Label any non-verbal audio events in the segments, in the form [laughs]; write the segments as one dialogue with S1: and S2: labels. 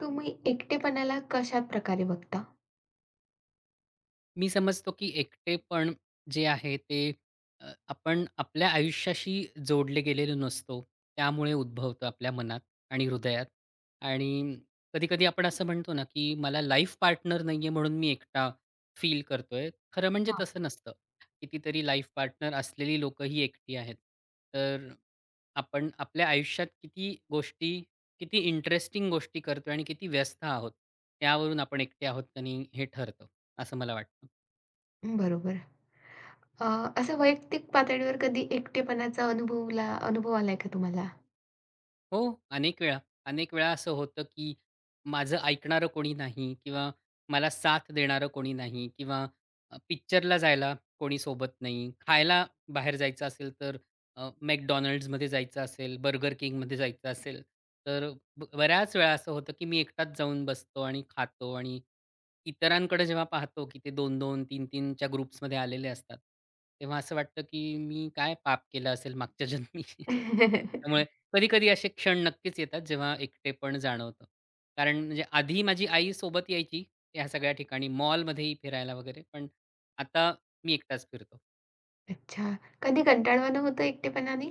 S1: तुम्ही एकटेपणाला कशा प्रकारे बघता?
S2: मी समजतो की एकटेपण जे आहे ते आपण आपल्या आयुष्याशी जोडले गेलेलो नसतो. त्यामुळे उद्भवतं आपल्या मनात आणि हृदयात आणि कधी-कधी आपण असं म्हणतो ना, की मला लाईफ पार्टनर नाहीये म्हणून मी एकटा फील करतोय. खरं म्हणजे
S1: हां.
S2: तसं नसतं. कितीतरी लाईफ पार्टनर असलेली लोकंही एकटी आहेत. तर आपण आपल्या आयुष्यात किती गोष्टी, किती इंटरेस्टिंग गोष्टी करतोय आणि किती व्यस्त आहोत, त्यावरून आपण एकटे आहोत की नाही हे ठरतं, असं मला वाटतं.
S1: बरोबर. अ, असं वैयक्तिक पातळीवर कधी एकटेपणाचा अनुभवला अनुभव आलाय का तुम्हाला?
S2: हो, अनेक वेळा. अनेक वेळा असं होतं, की माझं ऐकणारं कोणी नाही किंवा मला साथ देणारं कोणी नाही किंवा पिक्चरला जायला कोणी सोबत नाही. खायला बाहेर जायचं असेल, तर McDonald'sमध्ये जायचं असेल, Burger Kingमध्ये जायचं असेल, तर बऱ्याच वेळा असं होतं, की मी एकटाच जाऊन बसतो आणि खातो आणि इतरांकडे जेव्हा पाहतो, की ते 2-2, 3-3 च्या ग्रुप्समध्ये आलेले असतात, तेव्हा असं वाटतं, की मी काय पाप केलं असेल मागच्या जन्मी? [laughs] त्यामुळे
S1: [laughs]
S2: कधी-कधी असे क्षण नक्कीच येतात, जेव्हा एकटेपण जाणवतं. कारण म्हणजे आधी माझी आई सोबत यायची, ह्या सगळ्या ठिकाणी, मॉलमध्येही फिरायला वगैरे. पण आता मी एकटाच फिरतो.
S1: अच्छा. कधी कंटाळवाणं होतं एकटेपणाने?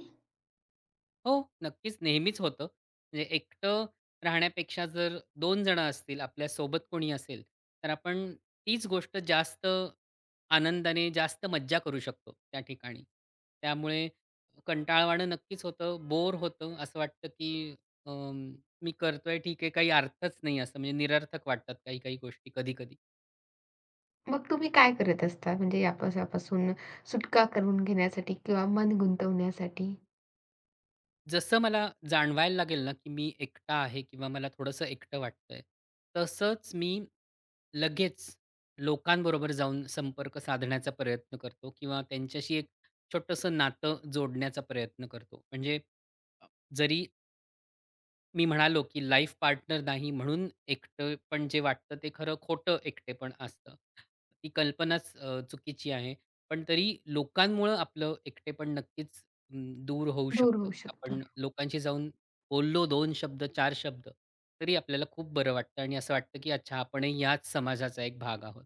S2: हो, नक्कीच नेहमीच होतं. म्हणजे एकटं राहण्यापेक्षा जर दोन जण असतील, आपल्या सोबत कोणी असेल, तर आपण तीच गोष्ट जास्त आनंदाने, जास्त मज्जा करू शकतो त्या ठिकाणी. त्यामुळे कंटाळवाणं नक्कीच होतं, बोर होतं. असं वाटतं की अं, मी करतोय ठीक आहे, काही अर्थच नाही असं म्हणजे निरर्थक वाटतात काही-काही गोष्टी कधी-कधी.
S1: मग तुम्ही काय करत असता? म्हणजे यापासून सुटका करून घेण्यासाठी किंवा मन गुंतवण्यासाठी
S2: जसं मला जाणवायला लागेल ना, की मी एकटा आहे किंवा मला थोडंसं एकटं वाटतंय, तसंच मी लगेच लोकांबरोबर जाऊन संपर्क साधण्याचा प्रयत्न करतो किंवा त्यांच्याशी एक छोटंसं नातं जोडण्याचा प्रयत्न करतो. म्हणजे अ, जरी मी म्हणालो, की लाईफ पार्टनर नाही म्हणून एकटं पण जे वाटतं ते खरं खोटं एकटेपण असतं. ती कल्पनाच चुकीची आहे. पण तरी लोकांमुळं आपलं एकटेपण नक्कीच दूर होऊ
S1: दूर
S2: शकतं.
S1: होऊ शकतं?
S2: आपण लोकांशी जाऊन बोललो 2 शब्द, चार शब्द, तरी आपल्याला खूप बरं वाटतं आणि असं वाटतं, की अच्छा आपणही याच समाजाचा एक भाग आहोत.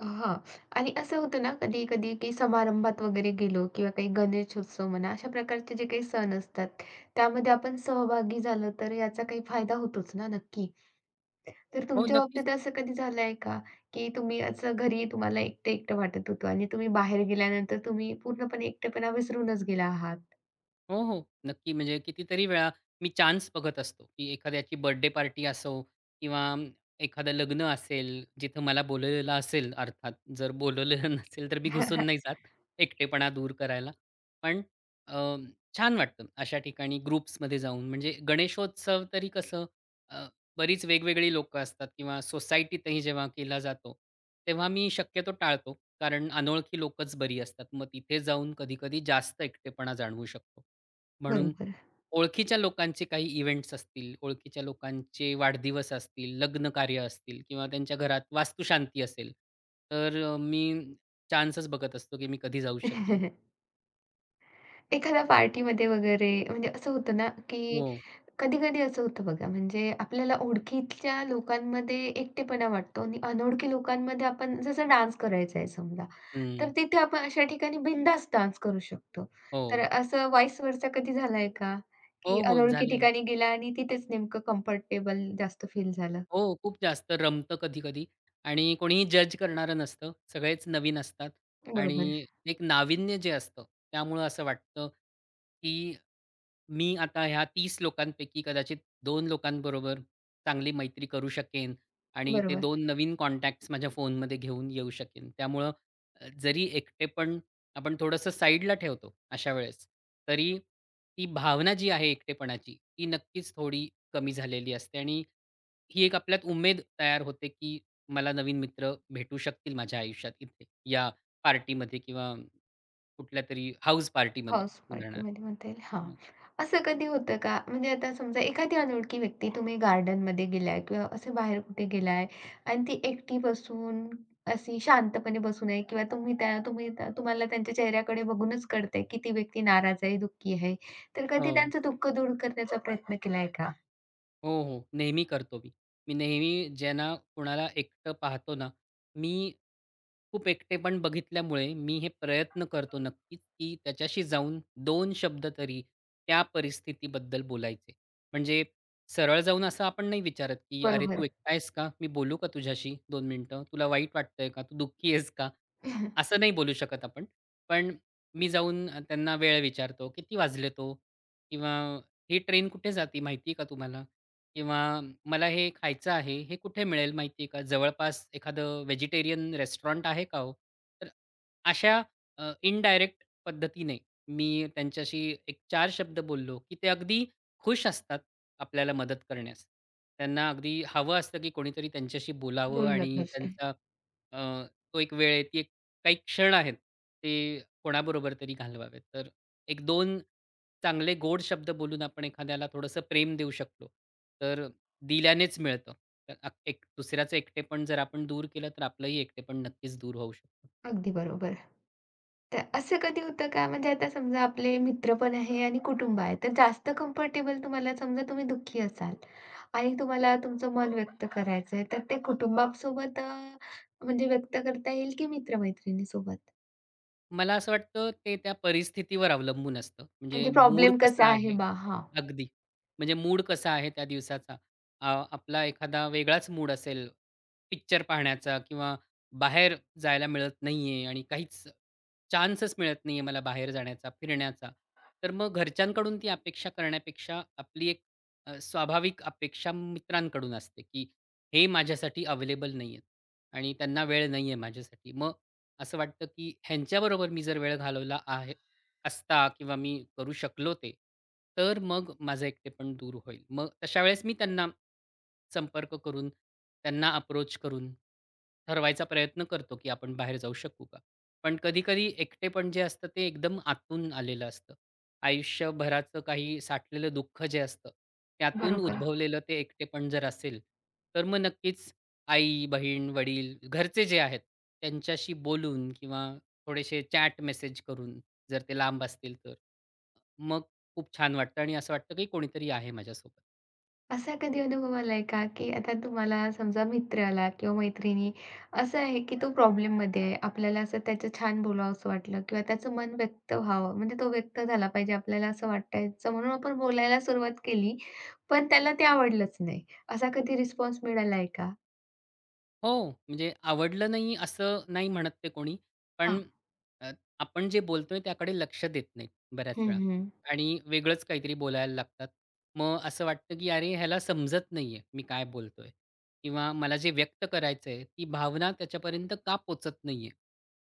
S1: हां. आणि असं होतं ना कधी-कधी की समारंभात वगैरे गेलो किंवा काही गणेशोत्सव म्हणा, अशा प्रकारचे जे काही सण असतात, त्यामध्ये आपण सहभागी झालो तर याचा काही फायदा होतोच ना नक्की. तर
S2: हो,
S1: तुमच्या
S2: नक्कीच.
S1: बाबतीत असं कधी झालंय का, की तुम्ही असं घरी तुम्हाला एकटं-एकटं वाटत होतं आणि तुम्ही बाहेर गेल्यानंतर तुम्ही पूर्णपणे एकटेपणा विसरूनच गेला आहात?
S2: हो, हो. नक्की. म्हणजे कितीतरी वेळा मी चान्स बघत असतो, की एखाद्याची बर्थडे पार्टी असो किंवा एखादं लग्न असेल, जिथं मला बोलवलेलं असेल अर्थात. जर बोलवलेलं [laughs] नसेल तर मी घुसून नाही
S1: [laughs]
S2: जात एकटेपणा दूर करायला. पण अ, छान वाटतं अशा ठिकाणी ग्रुप्समध्ये जाऊन. म्हणजे गणेशोत्सव तरी कसं, अ, बरीच वेगवेगळी लोकं असतात किंवा सोसायटीतही जेव्हा केला जातो, तेव्हा मी शक्यतो टाळतो. कारण अनोळखी लोकंच बरी असतात. मग तिथे जाऊन कधी-कधी जास्त एकटेपणा जाणवू शकतो. म्हणून
S1: बरोबर.
S2: ओळखीच्या लोकांचे काही इव्हेंट्स असतील, ओळखीच्या लोकांचे वाढदिवस असतील, लग्नकार्य असतील किंवा त्यांच्या घरात वास्तुशांती असेल, तर मी चान्सच बघत असतो, की मी कधी जाऊ शकेन.
S1: [laughs] एखाद्या पार्टीमध्ये वगैरे म्हणजे असं होतं ना, की
S2: हो.
S1: कधी-कधी असं होतं बघा, म्हणजे आपल्याला ओळखीच्या लोकांमध्ये एकटेपणा वाटतो आणि अनोळखी लोकांमध्ये आपण जसं डान्स करायचा आहे समजा, तर
S2: हं.
S1: तिथे आपण अशा ठिकाणी बिनधास्त डान्स करू शकतो.
S2: हो.
S1: तर असं व्हाईस व्हर्सा कधी झालंय का?
S2: हो,
S1: की
S2: हो.
S1: अनोळखी
S2: झाले.
S1: ठिकाणी गेला आणि तिथेच नेमकं कम्फर्टेबल जास्त फील झालं?
S2: हो, खूप जास्त रमतं कधी-कधी आणि कोणीही जज करणारं नसतं. सगळेच नवीन असतात
S1: बरोबर,
S2: आणि एक नाविन्य जे असतं, त्यामुळं असं वाटतं, की मी आता ह्या 30 लोकांपैकी कदाचित 2 लोकांबरोबर चांगली मैत्री करू शकेन आणि ते
S1: बरोबर.
S2: दोन नवीन कॉन्टॅक्ट्स माझ्या फोनमध्ये घेऊन येऊ शकेन. त्यामुळं जरी एकटेपण आपण थोडंसं साईडला ठेवतो अशा वेळेस, तरी ती भावना जी आहे एकटेपणाची, ती नक्कीच थोडी कमी झालेली असते आणि ही एक आपल्यात उमेद तयार होते, की मला नवीन मित्र भेटू शकतील माझ्या आयुष्यात इथे या पार्टीमध्ये किंवा कुठल्यातरी हाऊस पार्टीमध्ये
S1: हाउस
S2: उदाहरणार्थ.
S1: पार्टीमध्ये म्हणता येईल. हां. असं कधी होतं का? म्हणजे आता समजा एखादी अनोळखी व्यक्ती तुम्ही गार्डनमध्ये गेलाय किंवा असे बाहेर कुठे गेलाय आणि ती एकटी बसून अशी शांतपणे बसून आहे किंवा तुम्हाला त्यांच्या चेहऱ्याकडे बघूनच कळतंय की ती व्यक्ती नाराज आहे, दुःखी आहे. तर कधी
S2: हो.
S1: त्यांचं दुःख दूर करण्याचा प्रयत्न केलाय का?
S2: हो, हो. नेहमी करतो मी. मी नेहमी ज्यांना कोणाला एकटं पाहतो ना, मी खूप एकटेपण बघितल्यामुळे मी हे प्रयत्न करतो नक्कीच, की त्याच्याशी जाऊन दोन शब्द तरी त्या परिस्थितीबद्दल बोलायचे. म्हणजे सरळ जाऊन असं आपण नाही विचारत, की "अरे, तू
S1: बरोबर.
S2: एकटा आहेस का? मी बोलू का तुझ्याशी 2 मिनिटं? तुला वाईट वाटतंय का? तू दुःखी आहेस का?" असं
S1: [laughs]
S2: नाही बोलू शकत आपण. पण मी जाऊन त्यांना वेळ विचारतो, "किती वाजलेत ओ?" किंवा "ही ट्रेन कुठे जाते माहिती आहे का तुम्हाला?" किंवा "मला हे खायचं आहे, हे कुठे मिळेल माहिती आहे का? जवळपास एखादं व्हेजिटेरियन रेस्टॉरंट आहे का हो?" तर अशा इनडायरेक्ट पद्धतीने मी त्यांच्याशी एक 4 शब्द बोललो, की ते अगदी खुश असतात आपल्याला मदत करण्यास. त्यांना अगदी हवं असतं, की कोणीतरी त्यांच्याशी बोलावं
S1: बोललं
S2: आणि
S1: पाहिजे.
S2: त्यांचा अ, तो एक वेळ, ती एक काही क्षण आहेत, ते कोणाबरोबर तरी घालवावेत. तर एक दोन चांगले गोड शब्द बोलून आपण एखाद्याला थोडंसं प्रेम देऊ शकलो, तर दिल्यानेच मिळतं. तर एक दुसऱ्याचं एकटेपण जर आपण दूर केलं, तर आपलंही एकटेपण नक्कीच दूर होऊ शकतं.
S1: अगदी बरोबर. तर असं कधी होतं का? म्हणजे आता समजा आपले मित्र पण आहे आणि कुटुंब आहे, तर जास्त कम्फर्टेबल तुम्हाला समजा तुम्ही दुःखी असाल आणि तुम्हाला तुमचं मन व्यक्त करायचं आहे, तर ते कुटुंबासोबत म्हणजे व्यक्त करता येईल की मित्र-मैत्रिणीसोबत?
S2: मला असं वाटतं ते त्या परिस्थितीवर अवलंबून असतं. म्हणजे
S1: म्हणजे
S2: मूड
S1: प्रॉब्लेम कसा
S2: कसा
S1: आहे
S2: आहे
S1: बा? हां,
S2: अगदी. म्हणजे मूड कसा आहे त्या दिवसाचा. अ, आपला एखादा वेगळाच मूड असेल, पिक्चर पाहण्याचा किंवा बाहेर जायला मिळत नाहीये आणि काहीच चान्सच मिळत नाहीये मला बाहेर जाण्याचा, फिरण्याचा. तर मग घरच्यांकडून ती अपेक्षा करण्यापेक्षा आपली एक स्वाभाविक अपेक्षा मित्रांकडून असते, की हे माझ्यासाठी अवेलेबल नाहीयेत आणि त्यांना वेळ नाहीये माझ्यासाठी. मग असं वाटतं, की ह्यांच्याबरोबर मी जर वेळ घालवला आहे असता किंवा मी करू शकलो ते, तर मग माझं एकटेपण दूर होईल. मग तशा वेळेस मी त्यांना संपर्क करून, त्यांना अप्रोच करून ठरवायचा प्रयत्न करतो, की आपण बाहेर जाऊ शकू का? पण कधी एकटेपण जे असतं ते एकदम आतून आलेलं असतं. आयुष्यभराचं काही साठलेलं दुःख जे असतं, त्यातून
S1: बरोबर.
S2: उद्भवलेलं ते एकटेपण जर असेल, तर मग नक्कीच आई, बहीण, वडील, घरचे जे आहेत त्यांच्याशी बोलून किंवा थोडेसे चॅट मेसेज करून, जर ते लांब असतील तर. मग खूप छान वाटतं आणि असं वाटतं की कोणीतरी आहे माझ्यासोबत.
S1: असा कधी अनुभव आलाय का, की आता तुम्हाला समजा मित्र आला किंवा मैत्रिणी असं आहे, की तो प्रॉब्लेममध्ये आहे. आपल्याला असं त्याचं छान बोलावसं वाटलं किंवा त्याचं मन व्यक्त व्हावं, म्हणजे तो व्यक्त झाला पाहिजे आपल्याला असं वाटायचं म्हणून आपण बोलायला सुरुवात केली, पण त्याला ते आवडलंच नाही. असा कधी रिस्पॉन्स मिळालाय का?
S2: हो, म्हणजे आवडलं नाही असं नाही म्हणत ते कोणी.
S1: हां.
S2: पण अ, आपण जे बोलतोय त्याकडे लक्ष देत नाहीत बऱ्याच
S1: हं,
S2: वेळा
S1: हं.
S2: आणि वेगळंच काहीतरी बोलायला लागतात. मग असं वाटतं, की अरे ह्याला समजत नाहीये मी काय बोलतोय किंवा मला जे व्यक्त करायचंय ती भावना त्याच्यापर्यंत का पोहचत नाहीये?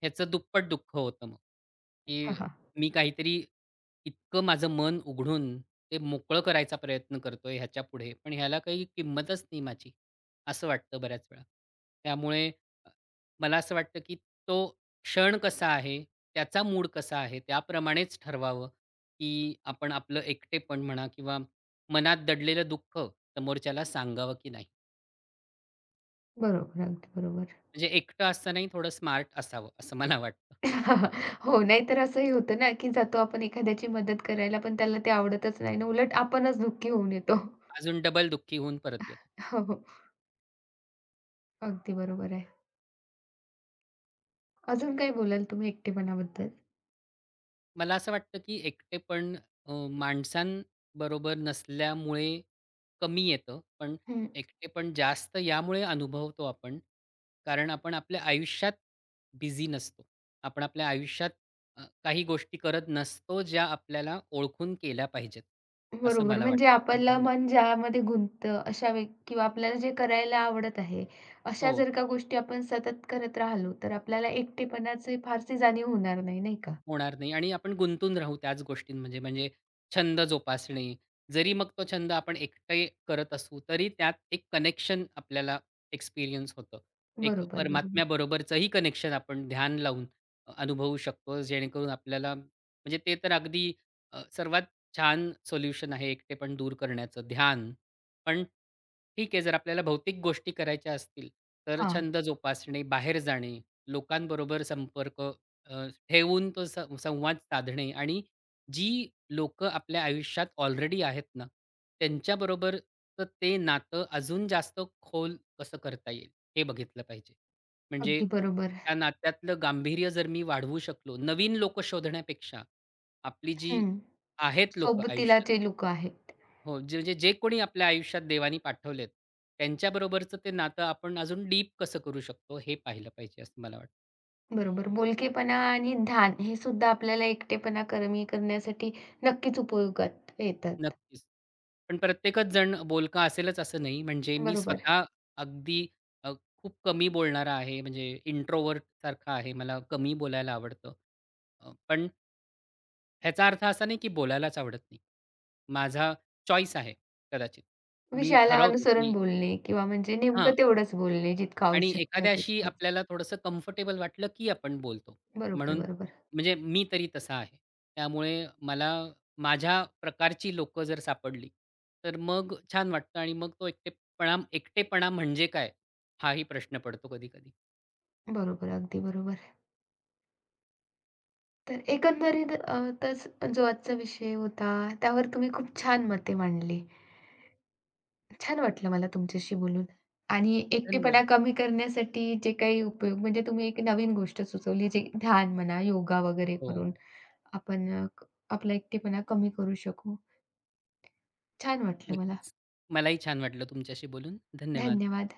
S2: ह्याचं दुप्पट दुःख होतं मग, की
S1: हां, हां.
S2: मी काहीतरी इतकं माझं मन उघडून ते मोकळं करायचा प्रयत्न करतोय ह्याच्यापुढे, पण ह्याला काही किंमतच नाही माझी. असं वाटतं बऱ्याच वेळा. त्यामुळे अ, मला असं वाटतं, की तो क्षण कसा आहे, त्याचा मूड कसा आहे, त्याप्रमाणेच ठरवावं, की आपण आपलं एकटेपण म्हणा किंवा मनात दडलेलं दुःख समोरच्याला सांगावं की नाही.
S1: बरोबर, अगदी बरोबर.
S2: म्हणजे एकटं असतानाही थोडं स्मार्ट असावं, असं मला वाटतं.
S1: [laughs] हो, नाहीतर असंही होतं ना, की जातो आपण एखाद्याची मदत करायला, पण त्याला ते आवडतच नाही ना, उलट आपणच दुःखी होऊन येतो.
S2: अजून डबल दुःखी होऊन परत येतं.
S1: [laughs] हो, हो. अगदी बरोबर आहे. अजून काय बोलाल तुम्ही एकटेपणाबद्दल?
S2: मला असं वाटतं की एकटेपण माणसांबरोबर नसल्यामुळे कमी येतं, पण
S1: हं.
S2: एकटेपण जास्त यामुळे अनुभवतो आपण, कारण आपण आपल्या आयुष्यात बिझी नसतो. आपण आपल्या आयुष्यात काही गोष्टी करत नसतो, ज्या आपल्याला ओळखून केल्या पाहिजेत, असं
S1: बरोबर.
S2: मला
S1: म्हणजे
S2: वाटतं.
S1: आपलं
S2: उदाहरण
S1: मन ज्यामध्ये गुंततं अशा वे किंवा आपल्याला जे करायला आवडत आहे, अशा
S2: हो.
S1: जर का गोष्टी आपण सतत करत राहिलो, तर आपल्याला एकटेपणाची फारशी जाणीव होणार नाही, नाही का?
S2: होणार नाही आणि आपण गुंतून राहू त्याच गोष्टींमध्ये. म्हणजे छंद जोपासणे. जरी मग तो छंद आपण एकटे करत असू, तरी त्यात एक कनेक्शन आपल्याला एक्सपिरियन्स होतं. एक
S1: बरोबर, बरोबर.
S2: परमात्म्याबरोबरचंही कनेक्शन आपण ध्यान लावून अनुभवू शकतो. जेणेकरून आपल्याला म्हणजे ते तर अगदी सर्वात छान सोल्युशन आहे एकटेपण दूर करण्याचं ध्यान. पण ठीक आहे, जर आपल्याला भौतिक गोष्टी करायच्या असतील, तर
S1: हां,
S2: छंद जोपासणे, बाहेर जाणे, लोकांबरोबर संपर्क ठेवून तो संवाद साधणे आणि जी लोक आपल्या आयुष्यात ऑलरेडी आहेत ना, त्यांच्याबरोबरचं ते नातं अजून जास्त खोल कसं करता येईल, हे बघितलं पाहिजे. म्हणजे
S1: अगदी बरोबर.
S2: त्या नात्यातलं गांभीर्य जर मी वाढवू शकलो, नवीन लोकं शोधण्यापेक्षा आपली जी
S1: हं.
S2: आहेत लोक
S1: सोबतीला
S2: आयुष्यात
S1: जे लोकं आहेत.
S2: हो, जे म्हणजे जे कोणी आपल्या आयुष्यात देवानी पाठवलेत, त्यांच्याबरोबरचं ते नातं आपण अजून डीप कसं करू शकतो, हे पाहिलं पाहिजे असं मला वाटतं.
S1: बरोबर. बोलकेपणा आणि ध्यान हे सुद्धा आपल्याला एकटेपणा कमी करण्यासाठी नक्कीच उपयोगात येतात.
S2: नक्कीच. पण प्रत्येकच जण बोलका असेलच असं नाही. म्हणजे मी
S1: बरोबर.
S2: स्वतः अगदी अ, खूप कमी बोलणारा आहे. म्हणजे इंट्रोवर्ट सारखा आहे. मला कमी बोलायला आवडतं. पण ह्याचा अर्थ असा नाही की बोलायलाच आवडत नाही. माझा चॉईस आहे कदाचित. मी
S1: विषयाला
S2: ठरवतो
S1: अनुसरून
S2: की
S1: बोलणे किंवा म्हणजे
S2: हां.
S1: नेमकं तेवढंच बोलणे जितकं
S2: आणि
S1: आवश्यक आहे
S2: एखाद्याशी
S1: तितकंच.
S2: आपल्याला थोडंसं कम्फर्टेबल वाटलं, की आपण बोलतो.
S1: बरोबर,
S2: म्हणून
S1: बरोबर.
S2: म्हणजे मी तरी तसा आहे. त्यामुळे मला माझ्या प्रकारची लोकं जर सापडली, तर मग छान वाटतं आणि मग तो एकटेपणा एकटेपणा म्हणजे काय? हाही प्रश्न पडतो कधी-कधी.
S1: बरोबर, अगदी बरोबर. तर एकंदरीत अ, तच जो आजचा विषय होता, त्यावर तुम्ही खूप छान मते मांडली. छान वाटलं मला तुमच्याशी बोलून आणि एकटेपणा
S2: धन्यवाद.
S1: कमी करण्यासाठी जे काही उपयोग म्हणजे तुम्ही एक नवीन गोष्ट सुचवली, जे ध्यान म्हणा, योगा वगैरे
S2: हो,
S1: करून आपण आपला एकटेपणा कमी करू शकू. छान वाटलं मला.
S2: नक्कीच. मलाही छान वाटलं तुमच्याशी बोलून. धन्यवाद.
S1: धन्यवाद.